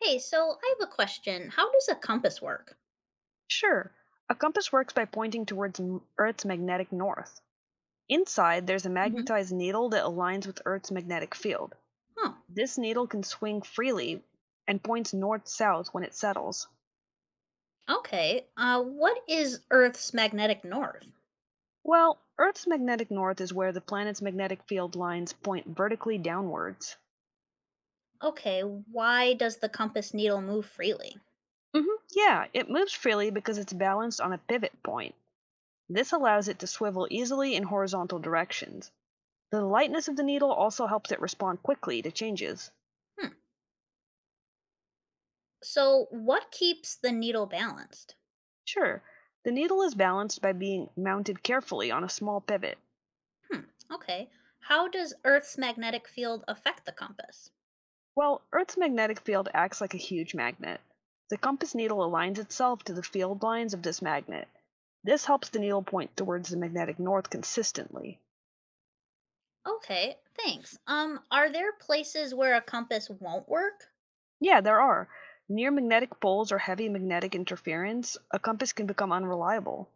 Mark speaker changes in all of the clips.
Speaker 1: Hey, so I have a question. How does a compass work?
Speaker 2: Sure. A compass works by pointing towards Earth's magnetic north. Inside, there's a
Speaker 1: Mhm.
Speaker 2: magnetized needle that aligns with Earth's magnetic field.
Speaker 1: Huh.
Speaker 2: This needle can swing freely and points north south when it settles.
Speaker 1: Okay. What is Earth's magnetic north?
Speaker 2: Well, Earth's magnetic north is where the planet's magnetic field lines point vertically downwards.
Speaker 1: Okay. Why does the compass needle move freely?
Speaker 2: hmm Yeah, it moves freely because it's balanced on a pivot point. This allows it to swivel easily in horizontal directions. The lightness of the needle also helps it respond quickly to changes.
Speaker 1: Hmm. So, what keeps the needle balanced?
Speaker 2: Sure, the needle is balanced by being mounted carefully on a small pivot.
Speaker 1: Hmm. Okay. How does Earth's magnetic field affect the compass?
Speaker 2: While Earth's magnetic field acts like a huge magnet, the compass needle aligns itself to the field lines of this magnet. This helps the needle point towards the magnetic north consistently.
Speaker 1: Okay. Thanks. Are there places where a compass won't work?
Speaker 2: Yeah, there are. Near magnetic poles or heavy magnetic interference, a compass can become unreliable.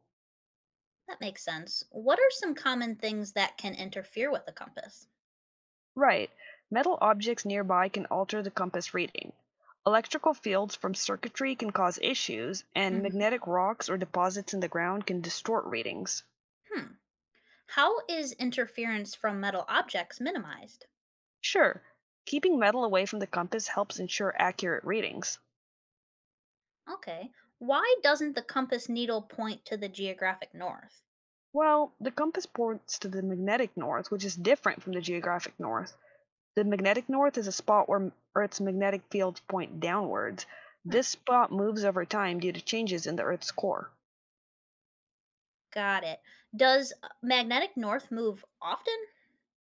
Speaker 1: That makes sense. What are some common things that can interfere with a compass?
Speaker 2: Right. Metal objects nearby can alter the compass reading. Electrical fields from circuitry can cause issues, and
Speaker 1: hmm
Speaker 2: magnetic rocks or deposits in the ground can distort readings.
Speaker 1: Hmm. How is interference from metal objects minimized?
Speaker 2: Sure, keeping metal away from the compass helps ensure accurate readings.
Speaker 1: Okay. Why doesn't the compass needle point to the geographic north?
Speaker 2: Well, the compass points to the magnetic north, which is different from the geographic north. The magnetic north is a spot where Earth's magnetic fields point downwards.
Speaker 1: Hmm,
Speaker 2: This spot moves over time due to changes in the Earth's core.
Speaker 1: got it. Does magnetic north move often?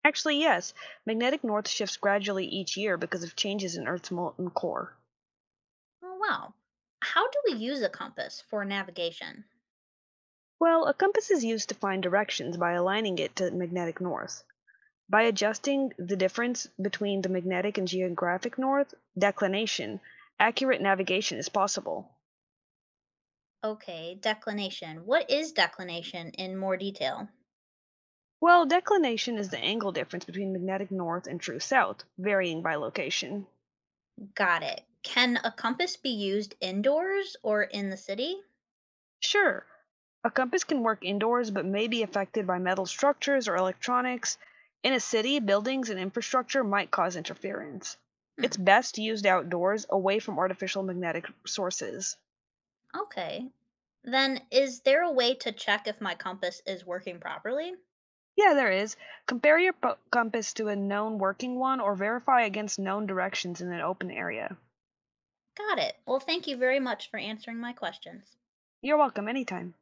Speaker 2: Actually, yes. Magnetic north shifts gradually each year because of changes in Earth's molten core.
Speaker 1: Oh, wow. How do we use a compass for navigation?
Speaker 2: Well, a compass is used to find directions by aligning it to magnetic north. By adjusting the difference between the magnetic and geographic north declination, accurate navigation is possible.
Speaker 1: Okay, declination. What is declination in more detail?
Speaker 2: Well, declination is the angle difference between magnetic north and true south, varying by location.
Speaker 1: Got it. Can a compass be used indoors or in the city?
Speaker 2: Sure, a compass can work indoors but may be affected by metal structures or electronics. In a city, buildings and infrastructure might cause interference. It's
Speaker 1: Hmm,
Speaker 2: best used outdoors, away from artificial magnetic sources.
Speaker 1: okay. Then, is there a way to check if my compass is working properly?
Speaker 2: Yeah, there is. Compare your compass to a known working one or verify against known directions in an open area.
Speaker 1: Got it. Well, thank you very much for answering my questions.
Speaker 2: You're welcome anytime.